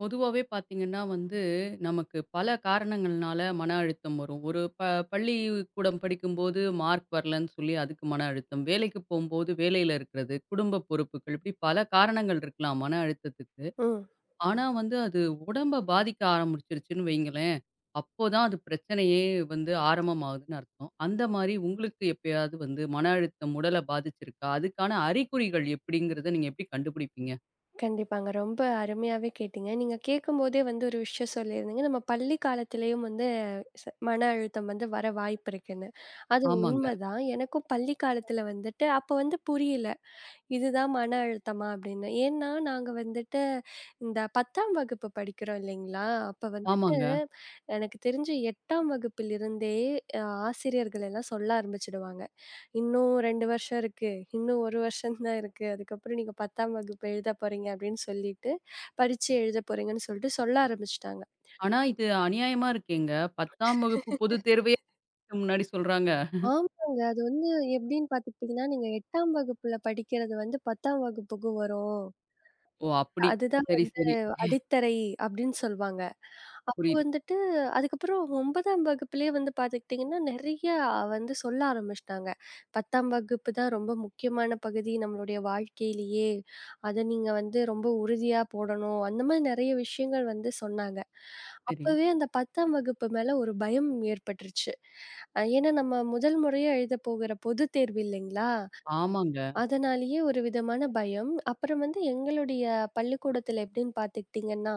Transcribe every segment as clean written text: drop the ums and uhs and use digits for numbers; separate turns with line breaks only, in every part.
பொதுவாவே பார்த்தீங்கன்னா வந்து, நமக்கு பல காரணங்கள்னால மன அழுத்தம் வரும். ஒரு ப பள்ளிக்கூடம் படிக்கும்போது மார்க் வரலன்னு சொல்லி அதுக்கு மன அழுத்தம். வேலைக்கு போம்போது வேலையில இருக்கிறது, குடும்ப பொறுப்புகள் இப்படி பல காரணங்கள் இருக்கலாம் மன அழுத்தத்துக்கு.
ம்.
ஆனா வந்து அது உடம்ப பாதிக்க ஆரம்பிச்சிருச்சுன்னு வைங்களேன், அப்போதான் அது பிரச்சனையே வந்து ஆரம்பமாகுதுன்னு அர்த்தம். அந்த மாரி உங்களுக்கு எப்பயாவது வந்து மன அழுத்தம் உடல பாதிச்சிருக்கா? அதுக்கான அறிகுறிகள் எப்படிங்கிறத நீங்க எப்படி கண்டுபிடிப்பீங்க?
கண்டிப்பாங்க. ரொம்ப அருமையாவே கேட்டீங்க. நீங்க கேட்கும்போதே வந்து ஒரு விஷயம் சொல்லியிருந்தீங்க. நம்ம பள்ளி காலத்திலேயும் வந்து மன அழுத்தம் வந்து வர வாய்ப்பு இருக்குன்னு. அது
ஆமாங்க,
உண்மதான். எனக்கும் பள்ளி காலத்தில வந்துட்டு அப்ப வந்து புரியல. இதுதான் மன அழுத்தமா அப்படின்னு. ஏன்னா, நாங்க வந்துட்டு இந்த 10ஆம் வகுப்பு படிக்கிறோம் இல்லைங்களா? அப்ப வந்துட்டு
ஆமாங்க.
எனக்கு தெரிஞ்சு 8ஆம் வகுப்பிலிருந்தே அ ஆசிரியர்கள் எல்லாம் சொல்ல ஆரம்பிச்சுடுவாங்க. "இன்னும் 2 வருஷம் இருக்கு. இன்னும் 1 வருஷம் தான் இருக்கு. அதுக்கப்புறம் நீங்க 10ஆம் வகுப்பு எழுத போறீங்க" அப்படின்னு சொல்லிட்டு, பரீட்சை எழுத போறீங்கன்னு சொல்லிட்டு சொல்ல ஆரம்பிச்சுட்டாங்க.
ஆனா, இது அநியாயமா இருக்கேங்க. 10ஆம் வகுப்பு பொதுத் தேர்வே அதுக்கு முன்னாடி சொல்றாங்க.
ஆமாங்க. அது வந்து எப்படின்னு பார்த்துக்கிட்டீங்கன்னா, நீங்க 8ஆம் வகுப்புல படிக்கிறது வந்து 10ஆம் வகுப்புக்கு வரும்.
ஓ! அப்படி.
அதுதான்
சரி,
வந்து
சரி.
அடித்தரை அப்படின்னு சொல்வாங்க. அப்போ
புரியுது.
வந்துட்டு அதுக்கப்புறம் 9ஆம் வகுப்பிலேயே வந்து பார்த்துக்கிட்டிங்கன்னா, நெறையா வந்து சொல்ல ஆரம்பிச்சுட்டாங்க. 10ஆம் வகுப்பு தான் ரொம்ப முக்கியமான பகுதி நம்மளுடைய வாழ்க்கையிலேயே. அத நீங்க வந்து ரொம்ப உறுதியா போடணும். அந்த மாரி நெறைய விஷயங்கள் வந்து சொன்னாங்க.
சரி.
அப்பவே அந்த 10ஆம் வகுப்பு மேல ஒரு பயம் ஏற்பட்டுருச்சு. ஏன்னா நம்ம முதல் முறையா எழுதப் போகிற பொதுத் தேர்வு இல்லைங்களா?
ஆமாங்க.
அதனாலேயே ஒரு விதமான பயம். அப்புறம் வந்து எங்களுடைய பள்ளிக்கூடத்தில எப்படின்னு பார்த்துக்கிட்டிங்கன்னா,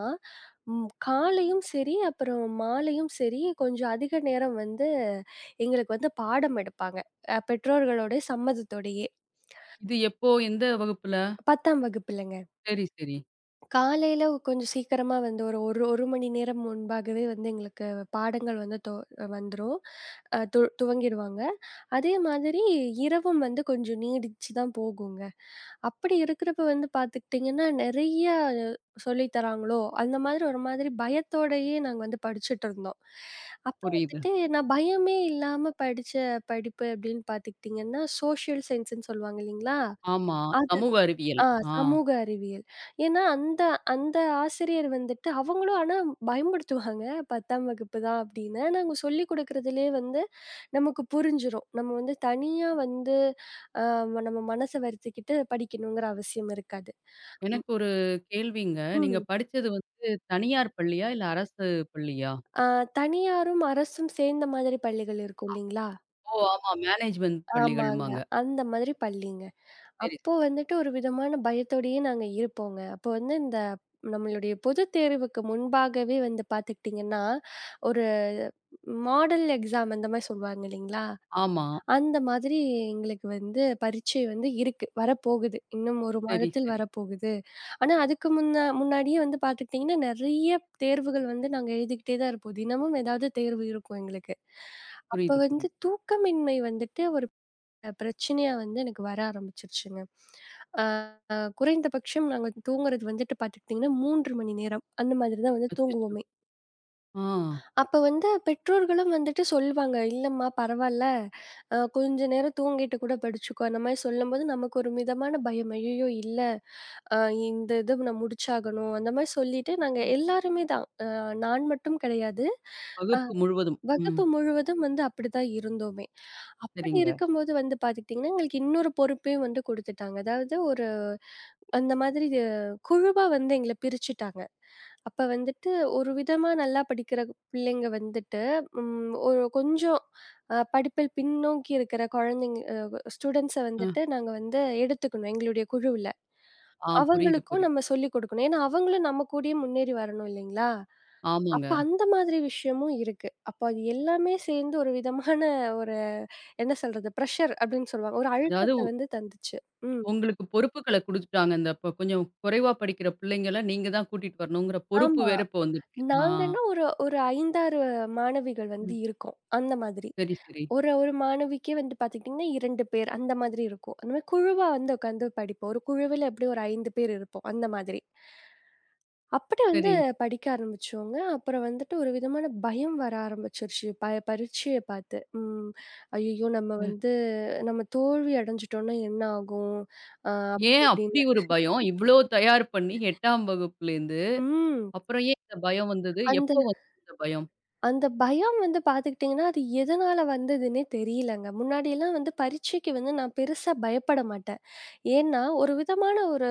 காலையும் சரி, அப்புறம் மாலையும் சரி, கொஞ்சம் அதிக நேரம் வந்து எங்களுக்கு வந்து பாடம் எடுப்பாங்க. பெற்றோர்களுடைய சம்மதத்தோடயே.
இது எப்போ? எந்த வகுப்புல?
10ஆம் வகுப்புலங்க.
சரி, சரி.
காலையில கொஞ்சம் சீக்கிரமா வந்து ஒரு ஒரு 1 மணி நேரம் முன்பாகவே வந்து எங்களுக்கு பாடங்கள் வந்து வந்துரும். அ து துவங்கிடுவாங்க. அதே மாதிரி இரவும் வந்து கொஞ்சம் நீடிச்சு தான் போகுங்க. அப்படி இருக்கிறப்ப வந்து பார்த்துக்கிட்டிங்கன்னா, நெறைய சொல்லி தராங்களோ! அந்த மாதிரி ஒரு மாதிரி பயத்தோடயே நாங்க வந்து படிச்சுட்டுருந்தோம். அப்ப
புரியுது.
வந்துட்டு நான் பயமே இல்லாம படிச்ச படிப்பு அப்படின்னு பார்த்துக்கிட்டிங்கன்னா, சோஷியல் சயின்ஸ்ன்னு சொல்லுவாங்க இல்லீங்களா?
ஆமா.
அது
சமூக அறிவியல்.
ஆ
ஆ.
சமூக அறிவியல். ஏன்னா அந்த அந்த ஆசிரியர் வந்துட்டு அவங்களும் ஆனா பயன்படுத்துவாங்க 10ஆம் வகுப்பு தான் அப்படின்னு. நாங்க சொல்லிக் குடுக்குறதிலேயே வந்து நமக்கு புரிஞ்சிரும். நம்ம வந்து தனியா வந்து அ நம்ம மனச வருத்திக்கிட்டு படிக்கணுங்கிற அவசியம் இருக்காது. ம்.
எனக்கு ஒரு கேள்விங்க. நீங்க
ம்.
படிச்சது வந்து தனியார் பள்ளியா? இல்ல அரசு பள்ளியா?
ஆ தனியாரும் அரசும் சேர்ந்த மாதிரி பள்ளிகள் இருக்கும் இல்லீங்களா?
ஓ! ஆமா. மேனேஜ்மென்ட்
ஆமாங்க.
பள்ளிகள்ம்பாங்க.
அந்த மாதிரி பள்ளிங்க.
சரி, சரி.
அப்போ வந்துட்டு ஒரு விதமான பயத்தோடயே நாங்க இருப்போங்க. அப்போ வந்து இந்த நம்மளுடைய பொதுத் தேர்வுக்கு முன்பாகவே வந்து பார்த்துக்கிட்டிங்கன்னா, ஒரு மாடல் எக்ஸாம் அந்த மாரி சொல்லுவாங்க இல்லைங்களா?
ஆமா.
அந்த மாதிரி எங்களுக்கு வந்து பரீட்சை வந்து இருக்கு. வரப்போகுது. இன்னும் 1
சரி,
மாதத்தில்
சரி.
வரப்போகுது. ஆனா அதுக்கு முன்ன முன்னாடியே வந்து பார்த்துக்கிட்டிங்கன்னா, நெறைய தேர்வுகள் வந்து நாங்க எழுதிக்கிட்டே தான் இருப்போம். தினமும் ஏதாவது தேர்வு இருக்கும் எங்களுக்கு. அப்ப
புரியுது,
வந்து
புரியுது.
தூக்கமின்மை வந்துட்டு ஒரு பிரச்சனையா வந்து எனக்கு வர ஆரம்பிச்சுருச்சுங்க. அ குறைந்தபட்சம் நாங்க தூங்குறது வந்துட்டு பார்த்துக்கிட்டிங்கன்னா 3 மணி நேரம் அந்த மாதிரி தான் வந்து
அச்சச்சோ!
தூங்குவோமே.
ஆ.
அப்ப வந்து பெற்றோர்களும் வந்துட்டு சொல்வாங்க, "இல்லம்மா பரவால்ல, கொஞ்ச நேரம் தூங்கிட்டு கூட படிச்சுக்கோ." அந்த மாரி சொல்லும்போது நமக்கு ஒரு மிதமான பயம். "ஐயய்யோ! இல்ல அ இத நான் முடிச்சாகணும்." அந்த மாரி சொல்லிட்டு நாங்க எல்லாருமே தான். நான் மட்டும் கிடையாது. அ
வகுப்பு முழுவதும். ம்.
வகுப்பு முழுவதும் வந்து அப்படித்தான் இருந்தோமே. அப்படி
சரிங்க.
இருக்கும்போது வந்து பார்த்துக்கிட்டிங்கன்னா, எங்களுக்கு இன்னொரு பொறுப்பையும் வந்து குடுத்துட்டாங்க. அதாவது அந்த மாதிரி குழுவா வந்து எங்கள பிரிச்சுட்டாங்க. அப்ப வந்துட்டு ஒரு விதமா நல்லா படிக்கிற பிள்ளைங்க வந்துட்டு, ஒரு கொஞ்சம் படிப்பில் பின்னோக்கி இருக்கிற குழந்தைங்க ஸ்டூடண்ட்ஸ
அ.
வந்துட்டு நாங்க வந்து எடுத்துக்கணும் எங்களுடைய குழுவுல.
ஆ, புரியுது,
அவங்களுக்கும்
புரியுது.
நம்ம சொல்லிக் குடுக்கணும். ஏன்னா அவங்களும் நம்ம கூடயே முன்னேறி வரணும் இல்லைங்களா? அப்ப
ஆமாங்க.
அந்த மாதிரி விஷயமும் இருக்கு. அப்ப அது எல்லாமே சேர்ந்து ஒரு விதமான ஒரு என்ன சொல்றது? பிரஷர் அப்படின்னு சொல்லுவாங்க. ஒரு அழுத்தத்த
அதாவது
வந்து தந்துச்சு. ம்.
உங்களுக்கு பொறுப்புகள குடுத்துட்டாங்க. இந்த இப்ப கொஞ்சம் குறைவா படிக்கிற பிள்ளைங்கள நீங்க தான் கூட்டிட்டு வரணுங்கிற பொறுப்பு
ஆமா.
வேற இப்ப வந்துருச்சு. ஆ.
நாங்கன்னா ஒரு ஒரு 5, 6 மாணவிகள் வந்து
ம்.
இருக்கோம். அந்த மாதிரி.
சரி, சரி,
ஒரு ஒரு மாணவிக்கே வந்து பார்த்துக்கிட்டீங்கன்னா 2 பேர் அந்த மாதிரி இருக்கும். அந்த மாதிரி குழுவா வந்து உட்காந்து படிப்போம். ஒரு குழுவில எப்படியும் ஒரு 5 பேர் இருப்போம். அந்த மாதிரி. அப்படி வந்து
சரி.
படிக்க ஆரம்பிச்சோங்க. அப்புறம் வந்துட்டு ஒரு விதமான பயம் வர ஆரம்பிச்சுருச்சு. பரீட்சைய பார்த்து. ம். ஐயய்யோ!
ம்.
நம்ம தோல்வி அடைஞ்சுட்டோம்னா என்ன ஆகும்? அ அப்படி
ஏன் அப்படி
இப்படின்னு.
ஒரு பயம்? இவ்ளோ தயார் பண்ணி 8ஆம் வகுப்புலேருந்து,
ம்.
அப்புறம் ஏன் இந்த பயம் வந்தது?
அந்த
எப்போ வந்தது இந்த பயம்?
அந்த பயம் வந்து பார்த்துக்கிட்டீங்கன்னா, அது எதனால வந்ததுன்னே தெரியலங்க. முன்னாடியெல்லாம் வந்து பரீட்சைக்கு வந்து நான் பெருசா பயப்பட மாட்டேன். ஏன்னா, ஒரு விதமான ஒரு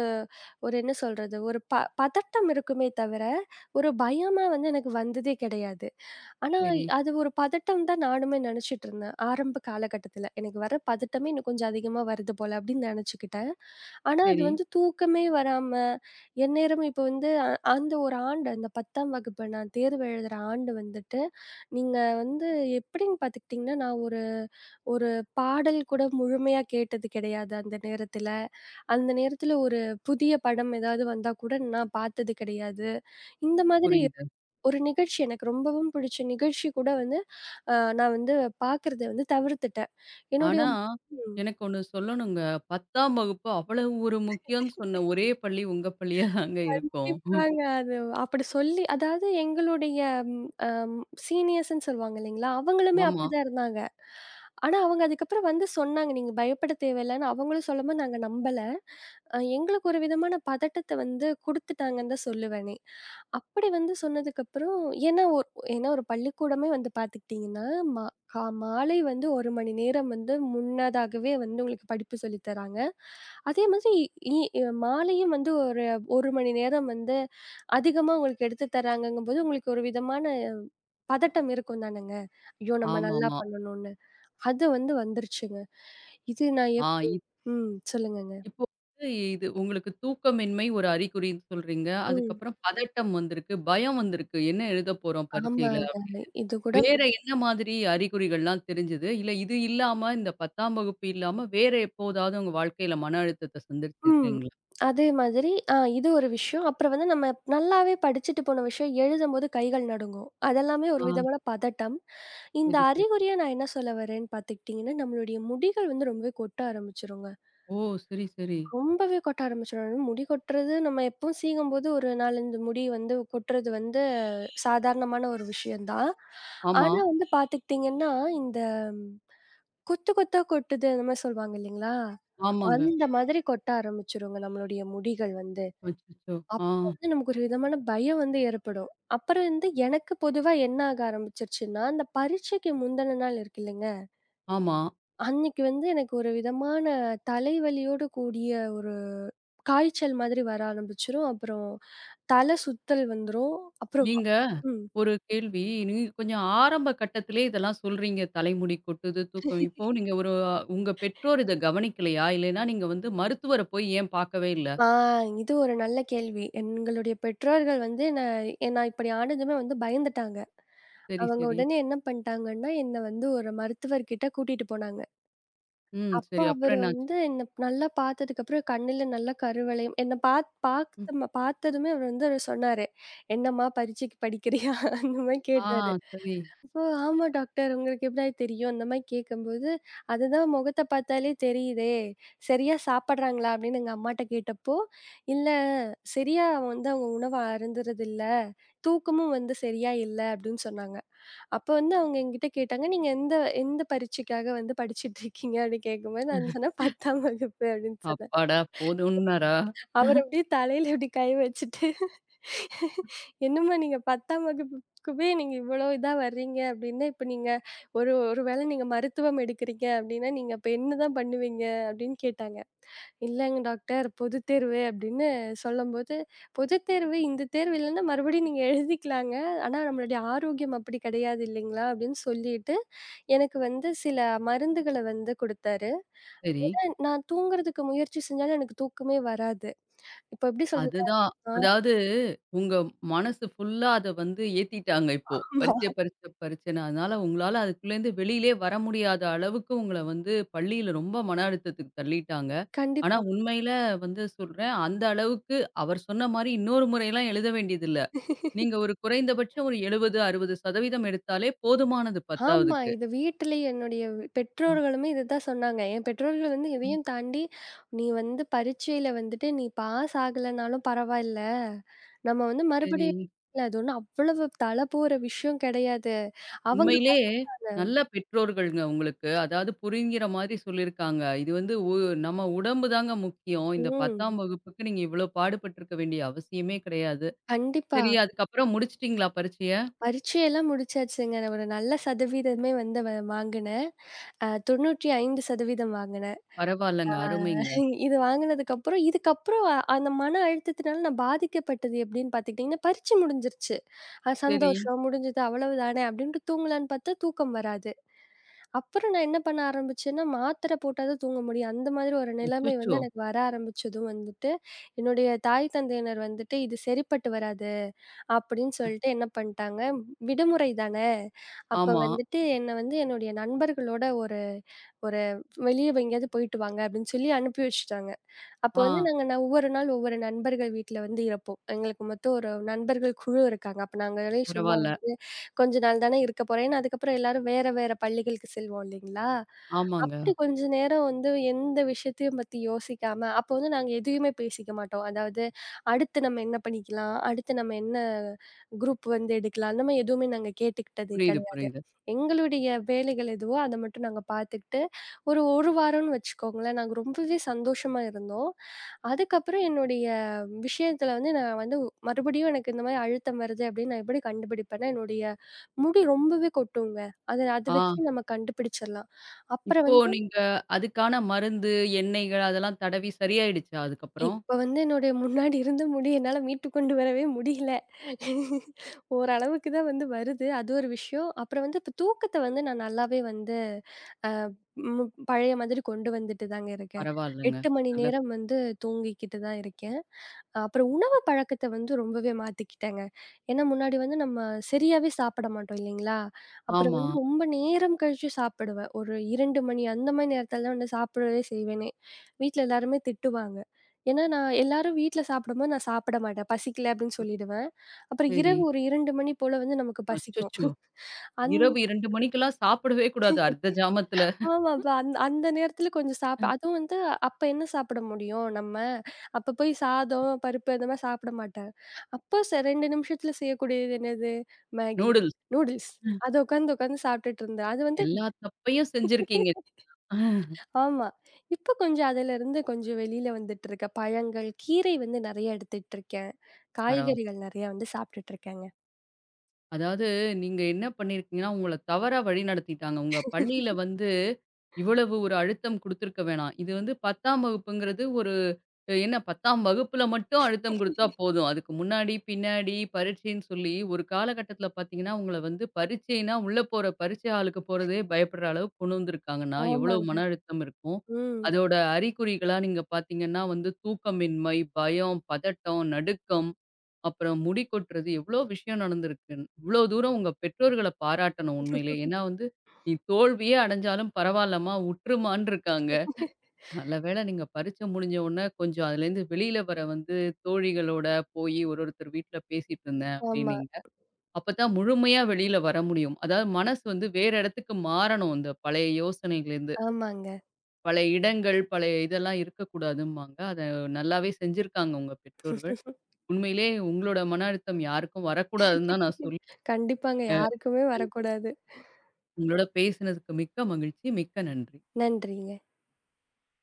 ஒரு என்ன சொல்றது? ஒரு பதட்டம் இருக்குமே தவிர, ஒரு பயமா வந்து எனக்கு வந்ததே கிடையாது. ஆனா,
சரி,
அது ஒரு பதட்டம் தான் நானுமே நெனச்சுட்டு இருந்தேன். ஆரம்ப காலகட்டத்தில. எனக்கு வர பதட்டமே இன்னும் கொஞ்சம் அதிகமா வருது போல அப்படின்னு நெனச்சுக்கிட்டேன். ஆனா, அது
சரி.
வந்து தூக்கமே வராம, எந்நேரமும் இப்ப வந்து அந்த ஒரு ஆண்டு, அந்த 10ஆம் வகுப்பு நான் தேர்வு எழுதுற ஆண்டு வந்துட்டு, நீங்க வந்து எப்படின்னு பார்த்துக்கிட்டீங்கன்னா, நான் ஒரு ஒரு பாடல் கூட முழுமையா கேட்டது கிடையாது அந்த நேரத்தில. அந்த நேரத்தில ஒரு புதிய படம் ஏதாவது வந்தா கூட நான் பார்த்தது கிடையாது. இந்த மாதிரி
புரியுது.
ஒரு நிகழ்ச்சி எனக்கு ரொம்பவும் பிடிச்ச நிகழ்ச்சி கூட வந்து, அ நான் வந்து பார்க்கறத வந்து தவிர்த்துட்டேன். என்னுடைய
ஆனா,
ம்.
எனக்கு ஒண்ணு சொல்லணுங்க. 10ஆம் வகுப்பு அவ்வளவு ஒரு முக்கியம்னு சொன்ன ஒரே பள்ளி உங்க பள்ளியா தாங்க இருக்கும்.
கண்டிப்பாங்க. அது அப்படி சொல்லி அதாவது எங்களுடைய ம் அம் சீனியர்ஸ்ன்னு சொல்லுவாங்க இல்லைங்களா? அவங்களுமே
ஆமா.
அப்படிதான் இருந்தாங்க. ஆனா, அவங்க அதுக்கப்புறம் வந்து சொன்னாங்க, "நீங்க பயப்பட தேவையில்லன்னு" அவங்களும் சொல்லும்போது நாங்க நம்பல. எங்களுக்கு ஒரு விதமான பதட்டத்த வந்து குடுத்துட்டாங்கன்னு தான் சொல்லுவேனே. அப்படி வந்து சொன்னதுக்கப்புறம் ஏன்னா ஒ ஏன்னா ஒரு பள்ளிக்கூடமே வந்து பார்த்துக்கிட்டீங்கன்னா, மா கா மாலை வந்து 1 மணி நேரம் வந்து முன்னதாகவே வந்து உங்களுக்கு படிப்பு சொல்லி தராங்க. அதே மாதிரி இ இ- மாலையும் வந்து 1 மணி நேரம் வந்து அதிகமா உங்களுக்கு எடுத்து தராங்கங்கும்போது, உங்களுக்கு ஒரு விதமான பதட்டம் இருக்கும் தானங்க. ஐயோ! நம்ம நல்லா
ஆமாமா.
பண்ணணும்னு. அது வந்து வந்துருச்சுங்க. இது நான் எப்போ
ஆ.
ம். சொல்லுங்கங்க.
இப்போ வந்து இது உங்களுக்கு தூக்கமின்மை ஒரு அறிகுறின்னு சொல்றீங்க.
ம்.
அதுக்கப்புறம் பதட்டம் வந்திருக்கு, பயம் வந்திருக்கு. என்ன எழுதப் போறோம் பரீட்சையில?
ஆமாங்க. இது கூட
வேற என்ன மாதிரி அறிகுறிகள்லாம் தெரிஞ்சது? இல்ல இது இல்லாம இந்த 10ஆம் வகுப்பு இல்லாம வேற எப்போதாவது உங்க வாழ்க்கையில மன அழுத்தத்த
ம்.
சந்திச்சிருக்கீங்களா?
அதே மாதிரி ஆ இது ஒரு விஷயம். அப்புறம் வந்து நம்ம நல்லாவே படிச்சுட்டு போன விஷயம் எழுதும்போது கைகள் நடுங்கும். அதெல்லாமே
ஆ,
ஒரு விதமான பதட்டம். இந்த
சரி, சரி.
அறிகுறியா நான் என்ன சொல்ல வரேன்னு பார்த்துக்கிட்டிங்கன்னா, நம்மளுடைய முடிகள் வந்து ரொம்பவே கொட்ட ஆரம்பிச்சுருங்க.
ஓ! சரி, சரி.
ரொம்பவே கொட்ட ஆரம்பிச்சுரும். முடி கொட்டுறது நம்ம எப்பவும் சீவும்போது ஒரு 4, 5 முடி வந்து கொட்டுறது வந்து சாதாரணமான ஒரு விஷயம் தான்.
ஆமா.
ஆனா வந்து பார்த்துக்கிட்டீங்கன்னா, இந்த கொத்து கொத்தா கொட்டுது அந்த மாரி சொல்வாங்க இல்லீங்களா?
ஆமாங்க.
அந்த மாதிரி கொட்ட ஆரம்பிச்சுருங்க நம்மளுடைய முடிகள் வந்து.
அச்சச்சோ! ஆ.
அப்ப வந்து நமக்கு ஒரு விதமான பயம் வந்து ஏற்படும். அப்புறம் வந்து எனக்கு பொதுவா என்ன ஆக ஆரம்பிச்சுருச்சுன்னா, அந்த பரீட்சைக்கு முந்தின நாள் இருக்கு இல்லங்க,
ஆமா.
அன்னைக்கு வந்து எனக்கு ஒரு விதமான தலைவலியோடு கூடிய ஒரு காய்ச்சல் மாதிரி வர ஆரம்பிச்சுரும். அப்புறம் தல சுத்தல் வந்துரும். அப்புறம்
நீங்க
ம்.
ஒரு கேள்வி. நீங்க கொஞ்சம் ஆரம்ப கட்டத்திலே இதெல்லாம் சொல்றீங்க. தலைமுடி கொட்டுது, தூக்கம். இப்போ நீங்க ஒரு உங்க பெற்றோர் இத கவனிக்கலையா? இல்லைன்னா நீங்க வந்து மருத்துவர போய் ஏன் பார்க்கவே இல்ல?
ஆ இது ஒரு நல்ல கேள்வி. எங்களுடைய பெற்றோர்கள் வந்து என்ன என்ன இப்படி ஆனதுமே வந்து பயந்துட்டாங்க.
சரி,
அவங்க
சரி.
உடனே என்ன பண்ணிட்டாங்கன்னா, என்ன வந்து ஒரு மருத்துவர்கிட்ட கூட்டிட்டு போனாங்க.
ம்.
அப்ப
சரி.
அவரு
அப்புறம் என்னாச்சு?
வந்து என்ன நல்லா பார்த்ததுக்கப்புறம் கண்ணுல நல்லா கருவளையம் என்ன பாத்
ம்.
பாத்த பார்த்ததுமே அவர் வந்து அவரு சொன்னாரு. "என்னம்மா பரீட்சைக்கு படிக்கிறியா?" அந்த மாரி
ஆ,
கேட்டாரு.
சரி.
ஓ! ஆமா டாக்டர். உங்களுக்கு எப்படி தெரியும்? அந்த மாரி கேட்கும்போது, அதுதான் முகத்த பார்த்தாலே தெரியுதே! சரியா சாப்பிடுறாங்களா? அப்படின்னு எங்க அம்மாட்ட கேட்டப்போ, "இல்ல சரியா வந்து அவங்க உணவ அருந்துறதில்ல. தூக்கமும் வந்து சரியா இல்ல" அப்படின்னு சொன்னாங்க. அப்ப வந்து அவங்க என்கிட்ட கேட்டாங்க, "நீங்க எந்த எந்த பரீட்சைக்காக வந்து படிச்சுட்டு இருக்கீங்க?" அப்படின்னு கேட்கும்போது நான் சொன்னேன், "10ஆம் வகுப்பு" அப்படின்னு சொன்னேன்.
அப்பாடா! போதும்ன்னாரா?
அவரு அப்படியே தலையில இப்படி கை வச்சுட்டு, "என்னம்மா நீங்க 10ஆம் வகுப்புக்கவே நீங்க இவ்வளோ இதா வர்றீங்க அப்படின்னா, இப்ப நீங்க ஒரு ஒரு வேளை நீங்க மருத்துவம் எடுக்குறீங்க அப்படின்னா, நீங்க அப்ப என்னதான் பண்ணுவீங்க?" அப்படின்னு கேட்டாங்க. "இல்லங்க டாக்டர், பொதுத்தேர்வு" அப்படின்னு சொல்லும்போது, "பொதுத்தேர்வு இந்த தேர்வு இல்லன்னா மறுபடியும் நீங்க எழுதிக்கலாங்க. ஆனா நம்மளுடைய ஆரோக்கியம் அப்படி கிடையாது இல்லைங்களா?" அப்படின்னு சொல்லிட்டு, எனக்கு வந்து சில மருந்துகள வந்து குடுத்தாரு.
சரி.
நான் தூங்குறதுக்கு முயற்சி செஞ்சாலும் எனக்கு தூக்கமே வராது. இப்ப எப்படி சொல்றது?
அதுதான். அதாவது உங்க மனசு ஃபுல்லா அத வந்து ஏத்திட்டாங்க இப்போ.
ஆமா.
பரீட்சை, பரீட்சை, பரீட்சைன்னு. அதனால உங்களால அதுக்குள்ளேருந்து வெளியிலே வர முடியாத அளவுக்கு உங்கள வந்து பள்ளியில ரொம்ப மன அழுத்தத்துக்கு தள்ளிட்டாங்க. ஆனா
கண்டிப்பா.
உண்மையில வந்து சொல்றேன், அந்த அளவுக்கு அவர் சொன்ன மாரி இன்னொரு முறைலாம் எழுத வேண்டியதில்ல. நீங்க ஒரு குறைந்தபட்சம் ஒரு 70, 60% எடுத்தாலே போதுமானது
ஆமா.
10வதுக்கு.
இது வீட்டிலேயே என்னுடைய பெற்றோர்களுமே இததான் சொன்னாங்க. என் பெற்றோர்கள் வந்து
ம்.
இதையும் தாண்டி, "நீ வந்து பரீட்சையில வந்துட்டு நீ பாஸ் ஆகலனாலும் பரவாயில்ல. நம்ம வந்து மறுபடியும்
சரி.
இல்ல, அது ஒண்ணும் அவ்வளவு தல போற விஷயம் கிடையாது." அவங்க
உண்மையிலே நல்ல பெற்றோர்கள்ங்க உங்களுக்கு. அதாவது புரிங்கிற மாரி சொல்லியிருக்காங்க. இது வந்து நம்ம உடம்பு தாங்க முக்கியம். இந்த 10ஆம்
ம்.
வகுப்புக்கு நீங்க இவ்ளோ பாடுபட்டுருக்க வேண்டிய அவசியமே கிடையாது.
கண்டிப்பா.
சரி, அதுக்கப்புறம் முடிச்சுட்டீங்களா பரீட்சைய?
பரீட்சையெல்லாம் முடிச்சாச்சுங்க. நான் ஒரு நல்ல சதவீதமே வந்து வாங்கினேன். 95% வாங்கினேன். ஆ
பரவால்லங்க. அருமைங்க.
இது வாங்குனதுக்கப்புறம் இதுக்கப்புறம் அந்த மன அழுத்தத்தினால நான் பாதிக்கப்பட்டது எப்படின்னு பார்த்துக்கிட்டீங்கன்னா, பரீட்சை முடிஞ்சிருச்சு.
சரி.
சந்தோஷம் முடிஞ்சது அவ்வளவுதானே அப்படின்ட்டு தூங்கலான்னு பார்த்தா தூக்கம் வராது. அப்புறம் நான் என்ன பண்ண ஆரம்பிச்சேன்னா, மாத்திரை போட்டா தான் தூங்க முடியும். அந்த மாதிரி ஒரு நிலைமை
அச்சச்சோ!
வந்து எனக்கு வர ஆரம்பிச்சதும் வந்துட்டு, என்னுடைய தாய் தந்தையினர் வந்துட்டு, "இது சரிப்பட்டு வராது" அப்படின்னு சொல்லிட்டு என்ன பண்ணிட்டாங்க, "விடுமுறை தானே" அப்ப
ஆமா.
வந்துட்டு என்ன வந்து என்னுடைய நண்பர்களோட ஒரு ஒரு வெளிய எங்கேயாவது போயிட்டு வாங்க அப்படின்னு சொல்லி அனுப்பி வச்சுட்டாங்க. அப்போ
ஆ,
வந்து நாங்க நான் ஒவ்வொரு நாள் ஒவ்வொரு நண்பர்கள் வீட்ல வந்து இருப்போம். எங்களுக்கு மொத்தம் ஒரு நண்பர்கள் குழு இருக்காங்க. அப்ப நாங்களே சும்மா
பரவால்ல.
வந்து கொஞ்ச நாள் தானே இருக்க போறோம். ஏன்னா அதுக்கப்புறம் எல்லாரும் வேற வேற பள்ளிகளுக்கு செல்வோம் இல்லைங்களா?
ஆமாங்க.
அப்படி கொஞ்ச நேரம் வந்து எந்த விஷயத்தையும் பத்தி யோசிக்காம, அப்போ வந்து நாங்க எதையுமே பேசிக்க மாட்டோம். அதாவது அடுத்து நம்ம என்ன பண்ணிக்கலாம்? அடுத்து நம்ம என்ன குரூப் வந்து எடுக்கலாம்? அந்த மாரி எதுவுமே நாங்க கேட்டுக்கிட்டது
புரியுது,
கிடையாது.
புரியுது.
எங்களுடைய வேலைகள் எதுவோ அத மட்டும் நாங்க பார்த்துக்கிட்டு, ஒரு 1 வாரம்னு வச்சுக்கோங்களேன். நாங்க ரொம்பவே சந்தோஷமா இருந்தோம். அதுக்கப்புறம் என்னுடைய விஷயத்துல வந்து நான் வந்து மறுபடியும் எனக்கு இந்த மாரி அழுத்தம் வருது அப்படின்னு நான் எப்படி கண்டுபிடிப்பேன்னா, என்னுடைய முடி ரொம்பவே கொட்டுங்க. அத அத
ஆ,
வச்சு நம்ம கண்டுபிடிச்சிடலாம். அப்புறம்
இப்போ
வந்து
நீங்க அதுக்கான மருந்து, எண்ணெய்கள் அதெல்லாம் தடவி சரியாயிடுச்சா அதுக்கப்புறம்?
இப்ப வந்து என்னுடைய முன்னாடி இருந்த முடி என்னால மீட்டு கொண்டு வரவே முடியல. ஓரளவுக்கு தான் வந்து வருது. அது ஒரு விஷயம். அப்புறம் வந்து இப்ப தூக்கத்த வந்து நான் நல்லாவே வந்து மு பழைய மாதிரி கொண்டு வந்துட்டு தாங்க இருக்கேன்.
பரவால்லங்க.
8 மணி
நல்ல
நேரம் வந்து தூங்கிக்கிட்டு தான் இருக்கேன். அப்புறம் உணவு பழக்கத்த வந்து ரொம்பவே மாத்திக்கிட்டேங்க. ஏன்னா முன்னாடி வந்து நம்ம சரியாவே சாப்பிட மாட்டோம் இல்லைங்களா? அப்புறம்
ஆமா.
வந்து ரொம்ப நேரம் கழிச்சு சாப்பிடுவேன். ஒரு 2 மணி அந்த மாரி நேரத்துல தான் வந்து சாப்பிடவே செய்வேனே! வீட்ல எல்லாருமே திட்டுவாங்க. ஏன்னா நான் எல்லாரும் வீட்ல சாப்பிடும்போது நான் சாப்பிட மாட்டேன். பசிக்கல அப்படின்னு சொல்லிடுவேன். அப்புறம்
சரி.
இரவு ஒரு 2 மணி போல வந்து நமக்கு பசிக்கும்.
அச்சச்சோ!
அந்த
இரவு 2 மணிக்கெல்லாம் சாப்பிடவே கூடாது. அர்த்த ஜாமத்தில
ஆமா. அப்ப அந்த அந்த நேரத்துல கொஞ்சம் அதுவும் வந்து அப்ப என்ன சாப்பிட முடியும் நம்ம? அப்ப போய் சாதம், பருப்பு அந்த மாரி சாப்பிட மாட்டேன். அப்போ 2 நிமிஷத்துல செய்யக்கூடியது என்னது? Maggi,
noodles.
நூடுல்ஸ். அத உட்காந்து உட்காந்து சாப்பிட்டுட்டு இருந்தேன். அது வந்து
எல்லா தப்பையும் செஞ்சிருக்கீங்க.
ஆமா. இப்ப கொஞ்சம் அதுலருந்து கொஞ்சம் வெளியில வந்துட்டு இருக்கேன். பழங்கள், கீரை வந்து நெறைய எடுத்துட்டு இருக்கேன்.
பரவால்ல.
காய்கறிகள் நெறைய வந்து சாப்பிட்டுட்டு இருக்கேங்க.
அதாவது நீங்க என்ன பண்ணியிருக்கீங்கன்னா, உங்கள தவறா வழிநடத்திட்டாங்க. உங்க பள்ளியில வந்து இவ்வளவு ஒரு அழுத்தம் குடுத்திருக்க வேணாம். இது வந்து 10ஆம் வகுப்புங்கிறது ஒரு என்ன 10ஆம் வகுப்புல மட்டும் அழுத்தம் குடுத்தா போதும். அதுக்கு முன்னாடி, பின்னாடி பரீட்சைன்னு சொல்லி ஒரு காலகட்டத்தில பார்த்தீங்கன்னா, உங்கள வந்து பரீட்சைன்னா உள்ள போற பரீட்சை ஹாலுக்கு போறதே பயப்படுற அளவுக்கு கொண்டு வந்திருக்காங்கன்னா, எவ்வளோ
ஆமாங்க.
மன அழுத்தம் இருக்கும்.
ம்.
அதோட அறிகுறிகளா நீங்க பார்த்தீங்கன்னா வந்து தூக்கமின்மை, பயம், பதட்டம், நடுக்கம் அப்புறம் முடி கொட்டுறது எவ்வளோ விஷயம் நடந்திருக்கு. இவ்வளோ தூரம் உங்க பெற்றோர்கள பாராட்டணும் உண்மையிலே. ஏன்னா வந்து, "நீ தோல்வியே அடைஞ்சாலும் பரவாயில்லம்மா உற்றுமான்னு இருக்காங்க." நல்ல வேளை நீங்க பரீட்சை முடிஞ்ச உடனே கொஞ்சம் அதுலேருந்து வெளியில வர வந்து தோழிகளோட போயி ஒரு ஒருத்தர் வீட்ல பேசிட்டு இருந்தேன்
ஆமா,
அப்படின்னீங்க. அப்பதான் முழுமையா வெளியில வர முடியும். அதாவது மனசு வந்து வேற இடத்துக்கு மாறணும். இந்த பழைய யோசனைகள்லேருந்து.
ஆமாங்க.
பழைய இடங்கள், பழைய இதெல்லாம் இருக்கக்கூடாதும்பாங்க. அத நல்லாவே செஞ்சிருக்காங்க உங்க பெற்றோர்கள். உண்மையிலே உங்களோட மன அழுத்தம் யாருக்கும் வரக்கூடாதுன்னு தான் நான் சொல்லுவேன்.
கண்டிப்பாங்க. யாருக்குமே வரக்கூடாது.
உங்களோட பேசினதுக்கு மிக்க மகிழ்ச்சி. மிக்க நன்றி.
நன்றிங்க.